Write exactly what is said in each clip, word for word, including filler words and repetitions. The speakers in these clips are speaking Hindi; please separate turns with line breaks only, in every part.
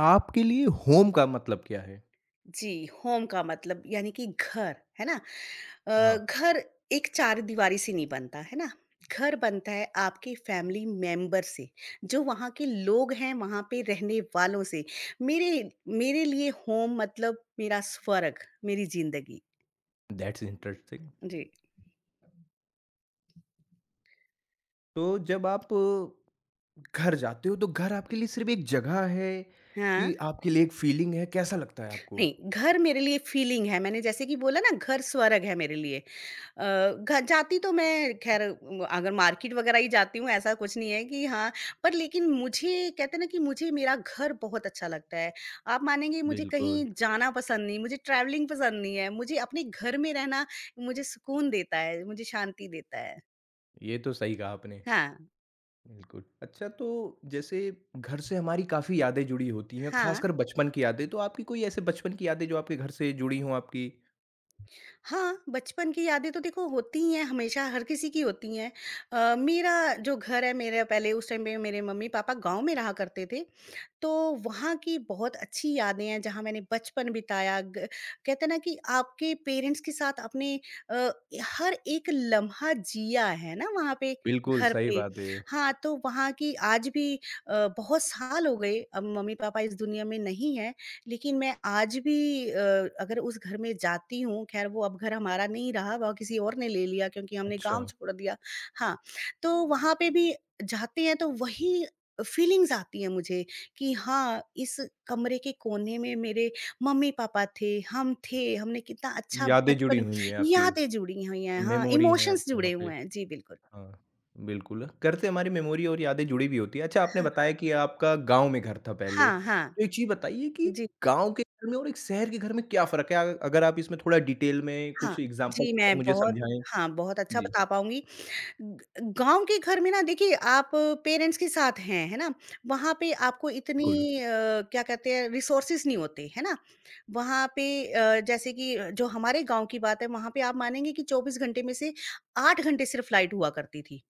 आपके लिए होम का मतलब क्या है?
जी, होम का मतलब यानी कि घर, है ना? अ,
हाँ।
घर एक चारदीवारी से नहीं बनता, है ना? घर बनता है आपके फैमिली मेंबर से, जो वहाँ के लोग हैं, वहाँ पे रहने वालों से। मेरे मेरे लिए होम मतलब मेरा स्वर्ग, मेरी ज़िंदगी।
That's interesting.
जी।
तो जब आप अ, घर जाते हो तो घर आपके लिए सिर्फ़ एक जगह है
हाँ।
कि आपके लिए एक फीलिंग है, कैसा लगता है आपको?
नहीं, घर मेरे लिए फीलिंग है, मैंने जैसे कि बोला ना घर स्वर्ग है मेरे लिए। अ, घ जाती तो मैं ख़ैर म अगर मार्केट वग़ैरह ही जाती हूँ ऐसा कुछ नहीं है कि हाँ, पर लेकिन मुझे कहते हैं ना कि मुझे मेरा घर बहुत अच्छा लगता है। आप मानेंगे मुझे
बिल्कुल,
कहीं जाना पसंद नहीं, मुझे ट्रैवलिंग पसंद नहीं है, मुझे अपने घर में रहना मुझे सुकून देता है, मुझे शांति देता है।
ये तो सही कहा आपने।
हाँ,
बिल्कुल। अच्छा तो जैसे घर से हमारी काफ़ी यादें जुड़ी होती हैं,
हाँ।
ख़ासकर बचपन की यादें। तो आपकी कोई ऐसे बचपन की यादें जो आपके घर से जुड़ी हों आपकी?
हाँ, बचपन की यादें तो देखो होती ही हैं, हमेशा हर किसी की होती हैं। अ, मेरा जो घर है मेरा पहले उस टाइम पे मेरे मम्मी-पापा गाँव में रहा करते थे। तो वहाँ की बहुत अच्छी यादें हैं जहाँ मैंने बचपन बिताया ग- कहते हैं ना कि आपके पेरेंट्स के साथ आपने अ, हर एक लम्हा जिया है ना वहाँ पे
बिल्कुल,
घर
सही
पे।
बात है ये।
हाँ, तो वहाँ की आज भी अ, बहुत साल हो गए अब मम्मी पापा इस दुनिया में नहीं है लेकिन मैं आज भी अ, अगर उस घर में जाती हूँ खैर वो अब घर हमारा नहीं रहा वह किसी और ने ले लिया क्योंकि हमने
अच्छा,
गांव छोड़ दिया। हाँ, तो वहाँ पे भी जाते हैं तो वही फीलिंग्स आती हैं मुझे कि हाँ, इस कमरे के कोने में मेरे मम्मी-पापा थे, हम थे, हमने कितना अच्छा
यादें जुड़ी
बचपन।
हुई हैं आपकी,
यादें जुड़ी हुई हैं, हाँ,
मेमोरी है
इमोशंस
आपकी वहाँ
जुड़े
पे।
हुए हैं। जी, बिल्कुल।
हाँ, बिल्कुल। घर से हमारी मेमोरी और यादें जुड़ी भी होती हैं। अच्छा आपने
हाँ,
बताया कि आपका गाँव में घर था पहले।
हाँ, हाँ,
तो एक चीज़ बताइए कि
जी,
गाँव के घर में और एक शहर के घर में क्या फ़र्क है? अ अगर आप इसमें थोड़ा डिटेल में
हाँ,
कुछ एग्ज़ाम्पल
जी,
आप
मैं
मुझे
बहुत
समझाएँ?
हाँ, बहुत अच्छा
जी,
बता पाऊँगी। ग गाँव के घर में ना देखिए आप पेरेंट्स के साथ हैं, है ना? वहाँ पे आपको इतनी
बिल्कुल।
अ, क्या कहते हैं रिसोर्सेज़ नहीं होते, है ना? वहाँ पे अ, जैसे कि जो हमारे गाँव की बात है वहाँ पे आप मानेंगे कि चौबीस घंटे में से आठ घंटे सिर्फ़ लाइट हुआ करती थी।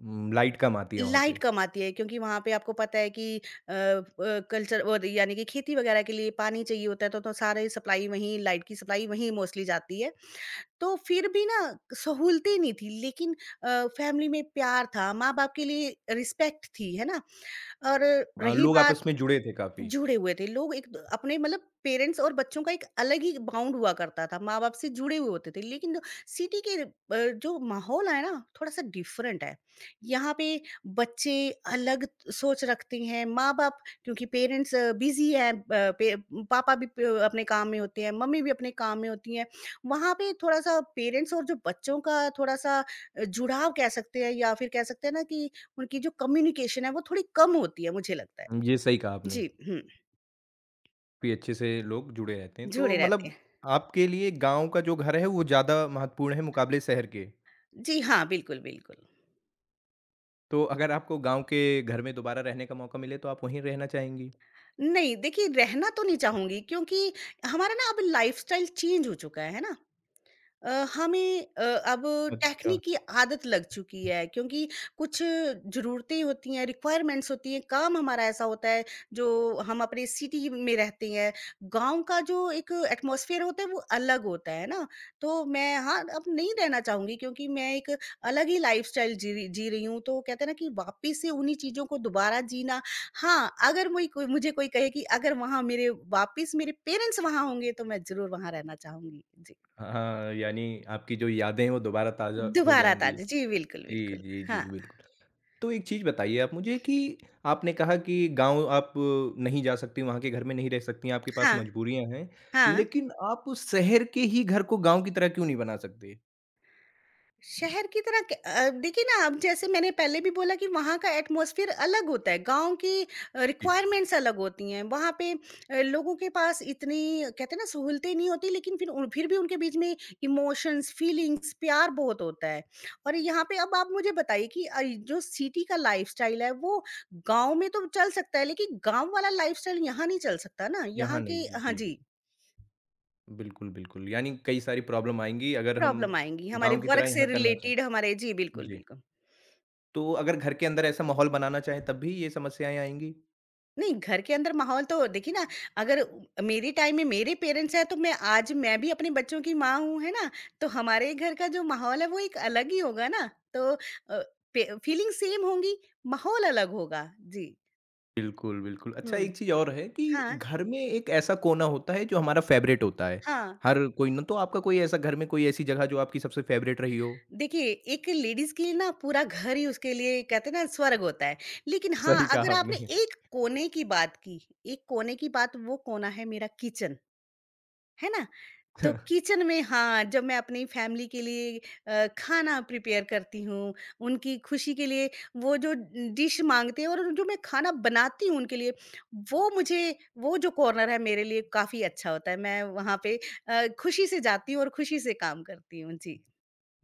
उम, लाइट कम आती है वहाँ
लाइट
पे।
कम आती है क्योंकि वहाँ पे आपको पता है कि अ अ, कल्चर और यानी कि खेती वगैरह के लिए पानी चाहिए होता है तो तो सारे सप्लाई वहीं लाइट की सप्लाई वहीं मोस्टली जाती है। तो फिर भी ना सहूलतें नहीं थी लेकिन अ, फैमिली में प्यार था, माँ-बाप के लिए रिस्पेक्ट थी, है ना? और
अ,
रही
लोग आपस
बात
में जुड़े थे काफ़ी।
जुड़े हुए थे लोग एक द अपने मतलब पेरेंट्स और बच्चों का एक अलग ही बाउंड हुआ करता था, माँ-बाप से जुड़े हुए होते थे। लेकिन जो सिटी के अ, जो माहौल है ना, थोड़ा-सा डिफरेंट है। यहाँ पे बच्चे अलग सोच रखते हैं, माँ-बाप क्योंकि पेरेंट्स बिज़ी हैं अ, पे पापा भी प अपने काम में होते हैं, मम्मी भी अपने काम में होती हैं। वहाँ पे थोड़ा-सा पेरेंट्स और जो बच्चों का थोड़ा-सा अ, जुड़ाव कह सकते हैं या फिर कह सकते हैं ना कि उनकी जो कम्युनिकेशन है, वो थोड़ी कम होती है, मुझे लगता है।
उम, ये सही कहा आपने।
जी, हुँ।
काफ़ी अच्छे से लोग जुड़े रहते हैं। तो
जुड़े रहते
मतलब
हैं।
आपके लिए गाँव का जो घर है वो ज़्यादा महत्वपूर्ण है मुकाबले शहर के।
जी हाँ, बिल्कुल, बिल्कुल।
तो अगर आपको गाँव के घर में दोबारा रहने का मौका मिले तो आप वहीं रहना चाहेंगी?
नहीं देखिए रहना तो नहीं चाहूँगी क्योंकि हमारा ना अब लाइफ़स्टाइल चेंज हो चुका है, है ना? अ, हमें अ, अब
अच्छा।
टेक्निक की आदत लग चुकी है क्योंकि कुछ ज़रूरतें होती हैं, रिक्वायरमेंट्स होती हैं, काम हमारा ऐसा होता है जो हम अपने सिटी में रहते हैं। गाँव का जो एक एटमॉस्फेयर होता है वो अलग होता है ना, तो मैं हाँ, अब नहीं रहना चाहूँगी क्योंकि मैं एक अलग ही लाइफ़स्टाइल जी रही जी रही हूँ, तो कहते हैं ना कि वापस से उन्हीं चीज़ों को दोबारा जीना। हाँ, अगर मुई कोई मुझे कोई कहे कि अगर वहाँ मेरे वापस मेरे पेरेंट्स वहाँ होंगे तो मैं ज़रूर वहाँ रहना चाहूँगी। जी।
हाँ, यानी आपकी जो यादें हैं वो दोबारा ताज़ा हो
दोबारा
जाएँगी।
ताज़ा, जी, बिल्कुल,
जी,
बिल्कुल।
जी,
हाँ,
जी, बिल्कुल। तो एक चीज़ बताइए आप मुझे कि आपने कहा कि गाँव आप नहीं जा सकती, वहाँ के घर में नहीं रह सकती, आपके पास
हाँ,
मजबूरियाँ हैं।
हाँ।
लेकिन आप उस शहर के ही घर को गाँव की तरह क्यों नहीं बना सकते?
शहर की तरह क अ, देखिए ना अब जैसे मैंने पहले भी बोला कि वहाँ का एटमॉस्फ़ियर अलग होता है, गाँव की
जी,
रिक्वायरमेंट्स अलग होती हैं। वहाँ पे अ, लोगों के पास इतनी कहते हैं ना सहूलतें नहीं होती लेकिन फिर उन फिर भी उनके बीच में इमोशंस, फीलिंग्स, प्यार बहुत होता है। और यहाँ पे अब आप मुझे बताइए कि अ, जो सिटी का लाइफ़स्टाइल है वो गाँव में तो चल सकता है लेकिन गाँव वाला लाइफ़स्टाइल यहाँ नहीं चल सकता ना,
यहाँ
यहाँ के।
नहीं जी,
हाँ
जी।
जी।
बिल्कुल, बिल्कुल। यानी कई सारी प्रॉब्लम आएँगी अगर हम
प्रॉब्लम आएँगी, हमारे
गाँव की तरह
वर्क से
यहाँ करना चाहें।
रिलेटेड हमारे। जी, बिल्कुल,
जी,
बिल्कुल।
तो अगर घर के अंदर ऐसा माहौल बनाना चाहें तब भी ये समस्याएँ आएँगी?
नहीं, घर के अंदर माहौल तो देखिए ना अगर उ मेरे टाइम में मेरे पेरेंट्स हैं, तो मैं आज मैं भी अपने बच्चों की माँ हूँ, है ना? तो हमारे घर का जो माहौल है, वो एक अलग ही होगा ना, तो अ, पे फीलिंग सेम होंगी, माहौल अलग होगा। जी।
बिल्कुल, बिल्कुल। अच्छा
हुँ।
एक चीज़ और है कि
हाँ,
घर में एक ऐसा कोना होता है जो हमारा फ़ेवरेट होता है।
हाँ।
हर कोई ना तो आपका कोई ऐसा घर में कोई ऐसी जगह जो आपकी सबसे फ़ेवरेट रही हो?
देखिए, एक लेडीज़ के लिए ना पूरा घर ही उसके लिए कहते हैं ना स्वर्ग होता है, लेकिन
सही
हाँ,
कहा
अगर आपने
आपने।
एक कोने की बात की, एक कोने की बात वो कोना है मेरा किचन, है ना? तो किचन में हाँ, जब मैं अपनी फैमिली के लिए अ, खाना प्रिपेयर करती हूँ, उनकी खुशी के लिए वो जो डिश माँगते हैं और जो मैं खाना बनाती हूँ उनके लिए, वो मुझे वो जो कॉर्नर है मेरे लिए काफ़ी अच्छा होता है। मैं वहाँ पे अ, खुशी से जाती हूँ और खुशी से काम करती हूँ। जी।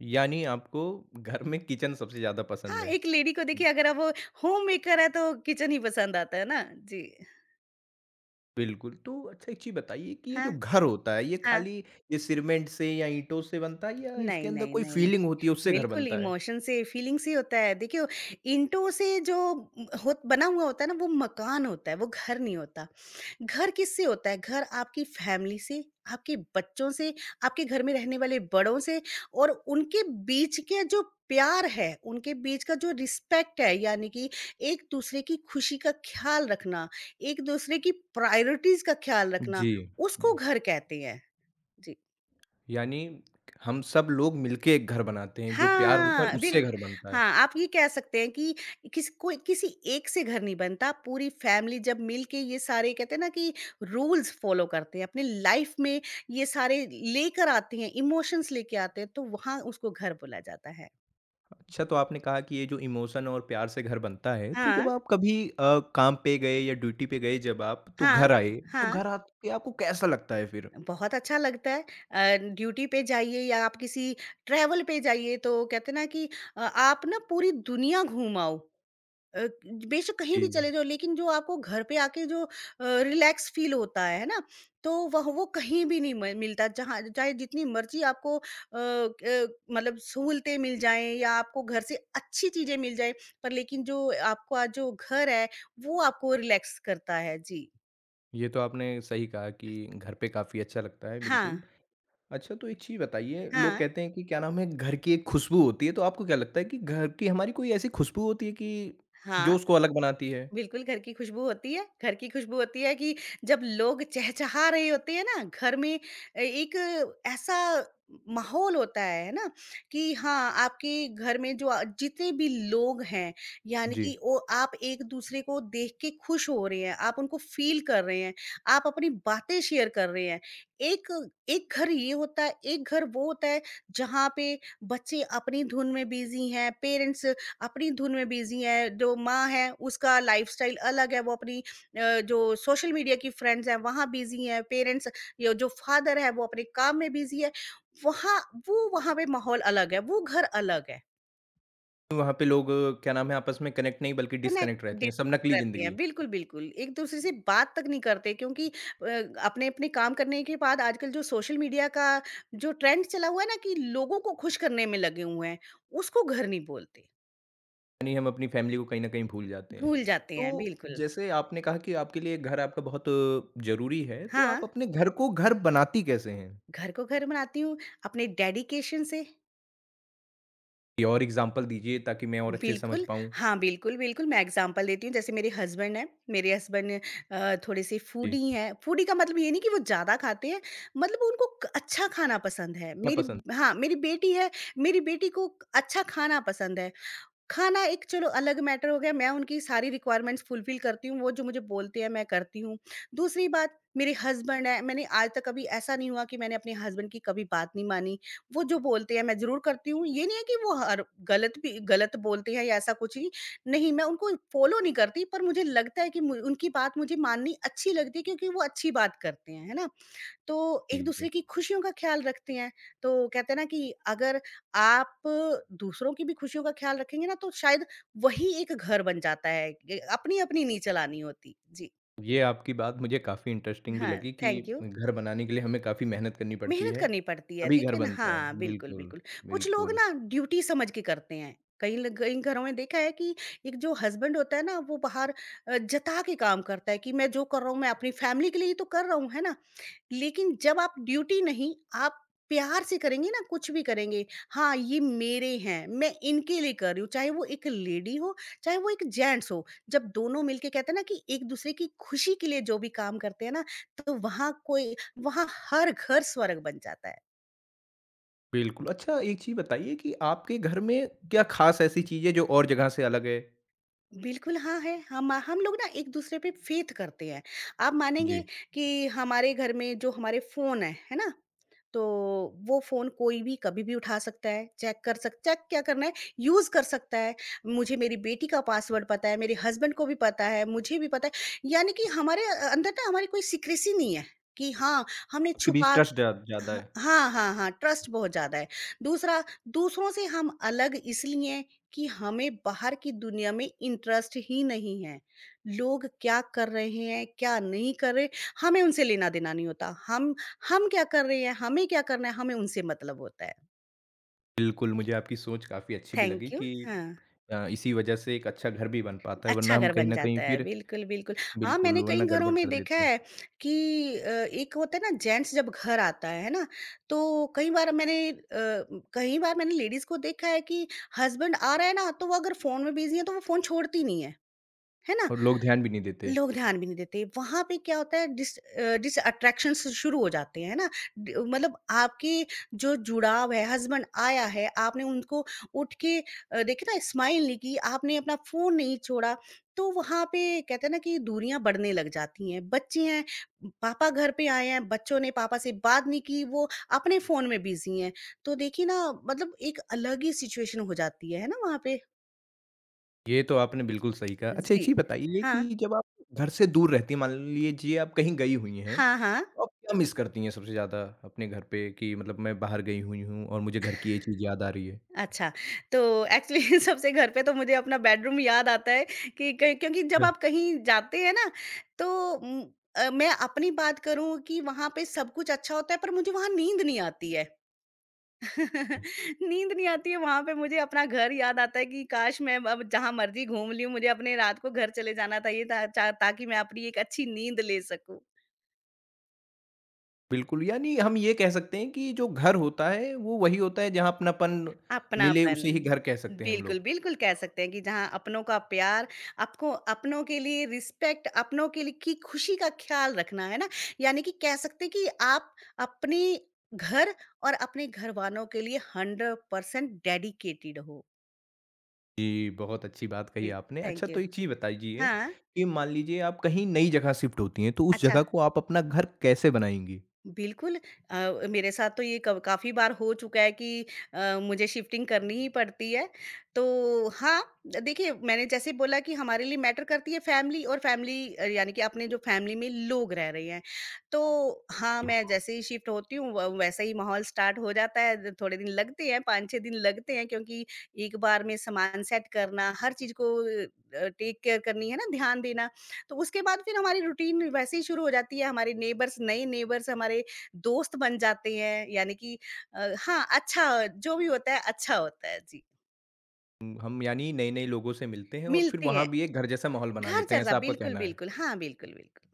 यानी आपको घर में किचन सबसे ज़्यादा पसंद
हाँ,
है।
एक लेडी को
हुँ।
देखिए अगर अब वो होममेकर है तो किचन ही पसंद आता है ना। जी।
बिल्कुल, तो अच्छा एक चीज़ बताइए कि ये
हाँ,
जो घर होता है ये
हाँ।
खाली ये सीमेंट से या ईंटों से बनता है या इसके
नहीं,
अंदर
नहीं,
कोई
नहीं, नहीं।
फ़ीलिंग होती है उससे घर
बिल्कुल,
बनता है?
इमोशन से, फीलिंग से होता है। देखिए, ईंटों से जो होत बना हुआ होता है ना, वो मकान होता है, वो घर नहीं होता। घर किससे होता है? घर आपकी फैमिली से, आपके बच्चों से, आपके घर में रहने वाले बड़ों से और उनके बीच के जो प्यार है, उनके बीच का जो रिस्पेक्ट है, यानी कि एक-दूसरे की खुशी का ख़्याल रखना, एक-दूसरे की प्रायोरिटीज़ का ख़्याल रखना,
जी,
उसको
जी।
घर कहते हैं। जी।
यानी हम सब लोग मिलके एक घर बनाते हैं, जो प्यार होता है
हाँ,
उससे
बिल्कुल।
घर बनता है।
हाँ, आप ये कह सकते हैं कि किस कोई किसी एक से घर नहीं बनता, पूरी फैमिली जब मिल के ये सारे कहते हैं ना कि रूल्स फॉलो करते हैं, अपनी लाइफ में ये सारे लेकर आते हैं, इमोशंस लेके आते हैं, तो वहाँ उसको घर बोला जाता है।
अच्छा तो आपने कहा कि ये जो इमोशन और प्यार से घर बनता है तो जब
हाँ,
आप कभी अ, काम पे गए या ड्यूटी पे गए जब आप तो
हाँ,
घर आए तो
हाँ,
घर आके आपको कैसा लगता है फिर?
बहुत अच्छा लगता है। अ, ड्यूटी पे जाइए या आप किसी ट्रैवल पे जाइए तो कहते हैं ना कि अ, आप ना पूरी दुनिया घूम आओ। अ, बेशक कहीं भी
जी,
चले जाओ लेकिन जो आपको घर पे आके जो रिलैक्स फील होता है ना तो वह वो कहीं भी नहीं म- मिलता जहाँ चाहे जितनी मर्जी आपको अ, अ, मतलब सहूलतें मिल जाएं या आपको घर से अच्छी चीजें मिल जाएं पर लेकिन जो आपका जो घर है वो आपको रिलैक्स करता है। जी,
ये तो आपने सही कहा कि घर पे काफ़ी अच्छा लगता है बिल्कुल।
हाँ,
अच्छा तो एक चीज़ बताइए लोग
हाँ,
कहते हैं कि क्या नाम है घर की एक खुशबू होती है तो आपको क्या लगता है कि घर की हमारी कोई ऐसी खुशबू होती है कि जो
हाँ।
उसको अलग बनाती है?
बिल्कुल, घर की खुशबू होती है। घर की खुशबू होती है कि जब लोग चहचहा रहे होते हैं ना, घर में ए एक ऐसा माहौल होता है, है ना? कि हाँ, आपके घर में जो अ, जितने भी लोग हैं, यानी
जी।
कि वो आप एक-दूसरे को देख के खुश हो रहे हैं, आप उनको फ़ील कर रहे हैं, आप अपनी बातें शेयर कर रहे हैं। एक एक घर ये होता है, एक घर वो होता है, जहाँ पे बच्चे अपनी धुन में बिज़ी हैं, पेरेंट्स अपनी धुन में बिजी है, जो माँ है उसका लाइफ़स्टाइल अलग है, वो अपनी अ, जो सोशल मीडिया की फ्रेंड्स हैं वहाँ बिजी हैं, पेरेंट्स या जो फादर है वो अपने काम में बिजी है, वहाँ वो वहाँ पे माहौल अलग है, वो घर अलग है,
वहाँ पे लोग अ, क्या नाम है आपस में कनेक्ट नहीं बल्कि
कनेक्ट
डिस्कनेक्ट रहते हैं सब
डिस्कनेक्ट
नकली
रहते हैं,
ज़िंदगी।
बिल्कुल, बिल्कुल, एक-दूसरे से बात तक नहीं करते क्योंकि अ, अपने-अपने काम करने के बाद आजकल जो सोशल मीडिया का जो ट्रेंड चला हुआ है ना कि लोगों को खुश करने में लगे हुए हैं, उसको घर नहीं बोलते।
यानी हम अपनी फैमिली को कहीं न कहीं भूल जाते हैं।
भूल जाते
तो
हैं, बिल्कुल।
जैसे आपने कहा कि आपके लिए घर आपका बहुत ज़रूरी है, तो आप
हाँ।
अपने घर को घर बनाती कैसे हैं?
घर को घर बनाती हूँ, अपने डेडिकेशन से।
कोई और एग्ज़ाम्पल दीजिए ताकि मैं और अच्छे से समझ
बिल्कुल,
पाऊँ।
हाँ, बिल्कुल, बिल्कुल, मैं एग्ज़ाम्पल देती हूँ, जैसे मेरे हसबैंड हैं, मेरे हसबैंड अ, थोड़े-से
जी,
फूडी हैं। फूडी का मतलब ये नहीं कि वो ज़्यादा खाते हैं, मतलब उनको क अच्छा खाना पसंद है।
ना
मेरी
पसंद
हाँ, मेरी बेटी है, मेरी बेटी को अच्छा खाना पसंद है। खाना एक चलो अलग मैटर हो गया, मैं उनकी सारी रिक्वायरमेंट्स फुलफ़िल करती हूँ, वो जो मुझे बोलते हैं मैं करती हूँ। दूसरी बात मेरे हस्बैंड हैं, मैंने आज तक कभी ऐसा नहीं हुआ कि मैंने अपने हस्बैंड की कभी बात नहीं मानी। वो जो बोलते हैं मैं ज़रूर करती हूँ, ये नहीं है कि वो हर गलत भी गलत बोलते हैं या ऐसा कुछ ही, नहीं मैं उनको फ़ॉलो नहीं करती पर मुझे लगता है कि मु उनकी बात मुझे माननी अच्छी लगती है क्योंकि वो अच्छी बात करते हैं, है ना? तो
जी, जी।
एक-दूसरे की खुशियों का ख़्याल रखते हैं। तो कहते हैं ना कि अगर आप दूसरों की भी खुशियों का ख़्याल रखेंगे ना तो शायद वही एक घर बन जाता है। ए अपनी-अपनी नहीं चलानी होती। जी।
ये आपकी बात मुझे काफ़ी इंटरेस्टिंग भी
हाँ,
लगी कि
थैंक यू।
घर बनाने के लिए हमें काफ़ी मेहनत करनी पड़ती
मेहनत
है,
करनी पड़ती है।
तभी घर
देखिए ना
बनता
हाँ,
है।
बिल्कुल,
बिल्कुल,
बिल्कुल। कुछ लोग
बिल्कुल,
ना ड्यूटी समझ के करते हैं। कई ल कई घरों में देखा है कि एक जो हस्बैंड होता है ना वो बाहर अ, जता के काम करता है कि मैं जो कर रहा हूँ मैं अपनी फैमिली के लिए ही तो कर रहा हूँ, है ना? लेकिन जब आप ड्यूटी नहीं, आप प्यार से करेंगे ना कुछ भी करेंगे, हाँ, ये मेरे हैं, मैं इनके लिए कर रही हूँ, चाहे वो एक लेडी हो, चाहे वो एक जेंट्स हो। जब दोनों मिलके कहते हैं ना कि एक-दूसरे की खुशी के लिए जो भी काम करते हैं ना, तो वहाँ कोई वहाँ हर घर स्वर्ग बन जाता है।
बिल्कुल। अच्छा एक चीज़ बताइए कि आपके घर में क्या ख़ास ऐसी चीज़ है जो और जगह से अलग है?
बिल्कुल, हाँ है। हम हम लोग ना एक-दूसरे पे फ़ेथ करते हैं। आप मानेंगे
जी,
कि हमारे घर में जो हमारे फ़ोन हैं, है ना? तो वो फ़ोन कोई भी कभी भी उठा सकता है, चेक कर सक चेक क्या करना है, यूज़ कर सकता है। मुझे मेरी बेटी का पासवर्ड पता है, मेरे हस्बैंड को भी पता है, मुझे भी पता है। यानी कि हमारे अ, अंदर ना हमारी कोई सीक्रेसी नहीं है कि हाँ, हमने
आपके बीच
छुपा
ट्रस्ट ज़्या ज़्यादा
हाँ,
है?
हाँ, हाँ, हाँ, ट्रस्ट बहुत ज़्यादा है। दूसरा दूसरों से हम अलग इसलिए कि हमें बाहर की दुनिया में इंटरेस्ट ही नहीं है। लोग क्या कर रहे हैं, क्या नहीं कर रहे, हमें उनसे लेना-देना नहीं होता। हम हम क्या कर रहे हैं, हमें क्या करना है, हमें उनसे मतलब होता है।
बिल्कुल, मुझे आपकी सोच काफ़ी अच्छी भी लगी
थैंक यू।
कि
हाँ।
अ, इसी वजह से एक अच्छा घर भी बन पाता है, वरना
अच्छा
हम
घर
कहीं
बन
न कहीं
जाता है,
फिर
बिल्कुल, बिल्कुल। हाँ,
बिल्कुल,
मैंने कई
वरना
घरों
गड़बड़
में
कर
देखा
देते हैं
है कि अ, एक होता है ना जेंट्स जब घर आता है, है ना? तो कई बार मैंने अ, कई बार मैंने लेडीज़ को देखा है कि हस्बैंड आ रहा है ना, तो वो अगर फ़ोन में बिज़ी है तो वो फ़ोन छोड़ती नहीं है, है ना?
और लोग ध्यान भी नहीं देते।
लोग ध्यान भी नहीं देते। वहाँ पे क्या होता है डिस अ, डिस अट्रैक्शन स शुरू हो जाते हैं ना। ड मतलब आपके जो जुड़ाव है, हस्बैंड आया है, आपने उनको उठ के अ, देखे ना स्माइल नहीं की, आपने अपना फ़ोन नहीं छोड़ा, तो वहाँ पे कहते हैं ना कि दूरियाँ बढ़ने लग जाती हैं। बच्चे हैं, पापा घर पे आए हैं, बच्चों ने पापा से बात नहीं की, वो अपने फ़ोन में बिज़ी हैं। तो देखिए ना मतलब एक अलग ही सिचुएशन हो जाती है, है ना वहाँ पे?
ये तो आपने बिल्कुल सही कहा। अच्छा, एक
जी।
चीज़ बताइए
हाँ।
कि जब आप घर से दूर रहती हैं, मान लीजिए आप कहीं गई हुई हैं,
हाँ, हाँ।
तो आप क्या मिस करती हैं सबसे ज़्यादा अपने घर पे कि मतलब मैं बाहर गई हुई हूँ और मुझे घर की ये चीज़ याद आ रही है?
अच्छा, तो एक्चुअली सबसे घर पे तो मुझे अपना बेडरूम याद आता है कि क क्योंकि
अ,
जब आप कहीं जाते हैं ना तो उम, अ, मैं अपनी बात करूँ कि वहाँ पे सब कुछ अच्छा होता है पर मुझे वहाँ नींद नहीं आती है। नींद नहीं आती है वहाँ पे मुझे अपना घर याद आता है कि काश मैं अब जहाँ मर्ज़ी घूम ली हूँ मुझे अपने रात को घर चले जाना था ये था चा ताकि मैं अपनी एक अच्छी नींद ले सकूँ।
बिल्कुल, यानी हम ये कह सकते हैं कि जो घर होता है, वो वही होता है जहाँ अपनापन मिले,
अपनापन।
उसे ही घर कह सकते हैं हम लोग।
बिल्कुल, बिल्कुल कह सकते हैं कि जहाँ अपनों का प्यार, आपको अपनों के लिए रिस्पेक्ट, अपनों के लिए की खुशी का ख़्याल रखना, है ना? यानी कि कह सकते हैं कि आप अपने घर और अपने घरवालों के लिए हंड्रेड परसेंट डेडिकेटेड हो।
जी, बहुत अच्छी बात कही
जी,
आपने। अच्छा
थैंक
तो
यू।
एक चीज़ बताइए
हाँ,
कि मान लीजिए आप कहीं नई जगह शिफ्ट होती हैं, तो उस
अच्छा
जगह को आप अपना घर कैसे बनाएँगी?
बिल्कुल अ, मेरे साथ तो ये क काफ़ी बार हो चुका है कि अ, मुझे शिफ्टिंग करनी ही पड़ती है। तो हाँ, देखिए मैंने जैसे बोला कि हमारे लिए मैटर करती है फैमिली और फैमिली अ, यानी कि अपने जो फैमिली में लोग रह रहे हैं। तो हाँ, मैं जैसे ही शिफ्ट होती हूँ व वैसे ही माहौल स्टार्ट हो जाता है। द- थोड़े दिन लगते हैं, पाँच छह दिन लगते हैं क्योंकि एक बार में सामान सेट करना, हर चीज़ को अ, टेक केयर करनी है ना, ध्यान देना। तो उसके बाद फिर हमारी रूटीन वैसे ही शुरू हो जाती है, हमारे नेबर्स नए नेबर्स हमारे दोस्त बन जाते हैं, यानी कि अ, हाँ, अच्छा जो भी होता है, अच्छा होता है। जी,
उम, हम यानी नए-नए लोगों से मिलते हैं और फिर
मिलती
वहाँ
हैं,
भी एक घर जैसा माहौल बना
घर
लेते हैं,
जैसा
ऐसा आपका
बिल्कुल,
कहना है।
बिल्कुल। हाँ, बिल्कुल, बिल्कुल।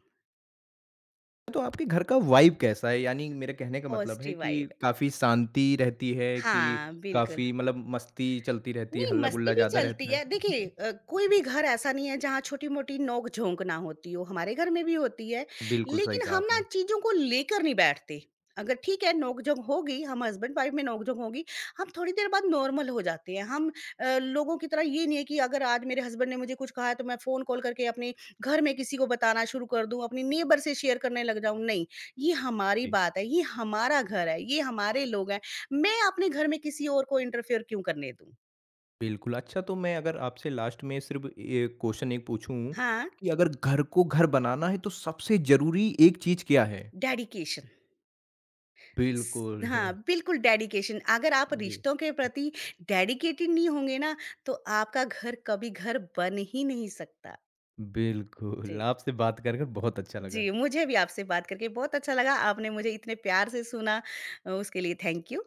तो आपके घर का वाइब कैसा है? यानी मेरे कहने का मतलब है
पॉज़िटिव
कि
वाइब
काफ़ी शांति रहती है कि
हाँ, बिल्कुल।
काफ़ी मतलब मस्ती चलती रहती है,
नहीं, मस्ती
हल्ला-गुल्ला
भी
ज़्यादा
चलती
रहता है?
है। देखिए अ, कोई भी घर ऐसा नहीं है जहाँ छोटी-मोटी नोक-झोंक ना होती हो, हमारे घर में भी होती है।
बिल्कुल सही
लेकिन
कहा
हम ना
आपने।
चीज़ों को लेकर नहीं बैठते। अगर ठीक है नोक-झोंक होगी, हम हस्बैंड-वाइफ में नोक-झोंक होगी, हम थोड़ी देर बाद नॉर्मल हो जाते हैं। हम अ, लोगों की तरह ये नहीं है कि अगर आज मेरे हस्बैंड ने मुझे कुछ कहा है तो मैं फ़ोन कॉल करके अपने घर में किसी को बताना शुरू कर दूँ, अपनी नेबर से शेयर करने लग जाऊँ, नहीं। ये हमारी
जी।
बात है, ये हमारा घर है, ये हमारे लोग हैं। मैं अपने घर में किसी और को इंटरफेयर क्यों करने दूँ?
बिल्कुल, अच्छा तो मैं अगर आपसे लास्ट में सिर्फ़ ये क्वेश्चन एक पूछूँ
हाँ,
कि अगर घर को घर बनाना है तो सबसे ज़रूरी एक चीज़ क्या है?
डेडिकेशन स
बिल्कुल,
हाँ, बिल्कुल डेडिकेशन अगर आप
जी।
रिश्तों के प्रति डेडिकेटेड नहीं होंगे ना, तो आपका घर कभी घर बन ही नहीं सकता।
बिल्कुल,
जी।
आपसे बात कर, कर बहुत अच्छा लगा।
जी, मुझे भी आपसे बात करके बहुत अच्छा लगा, आपने मुझे इतने प्यार से सुना अ, उसके लिए थैंक यू।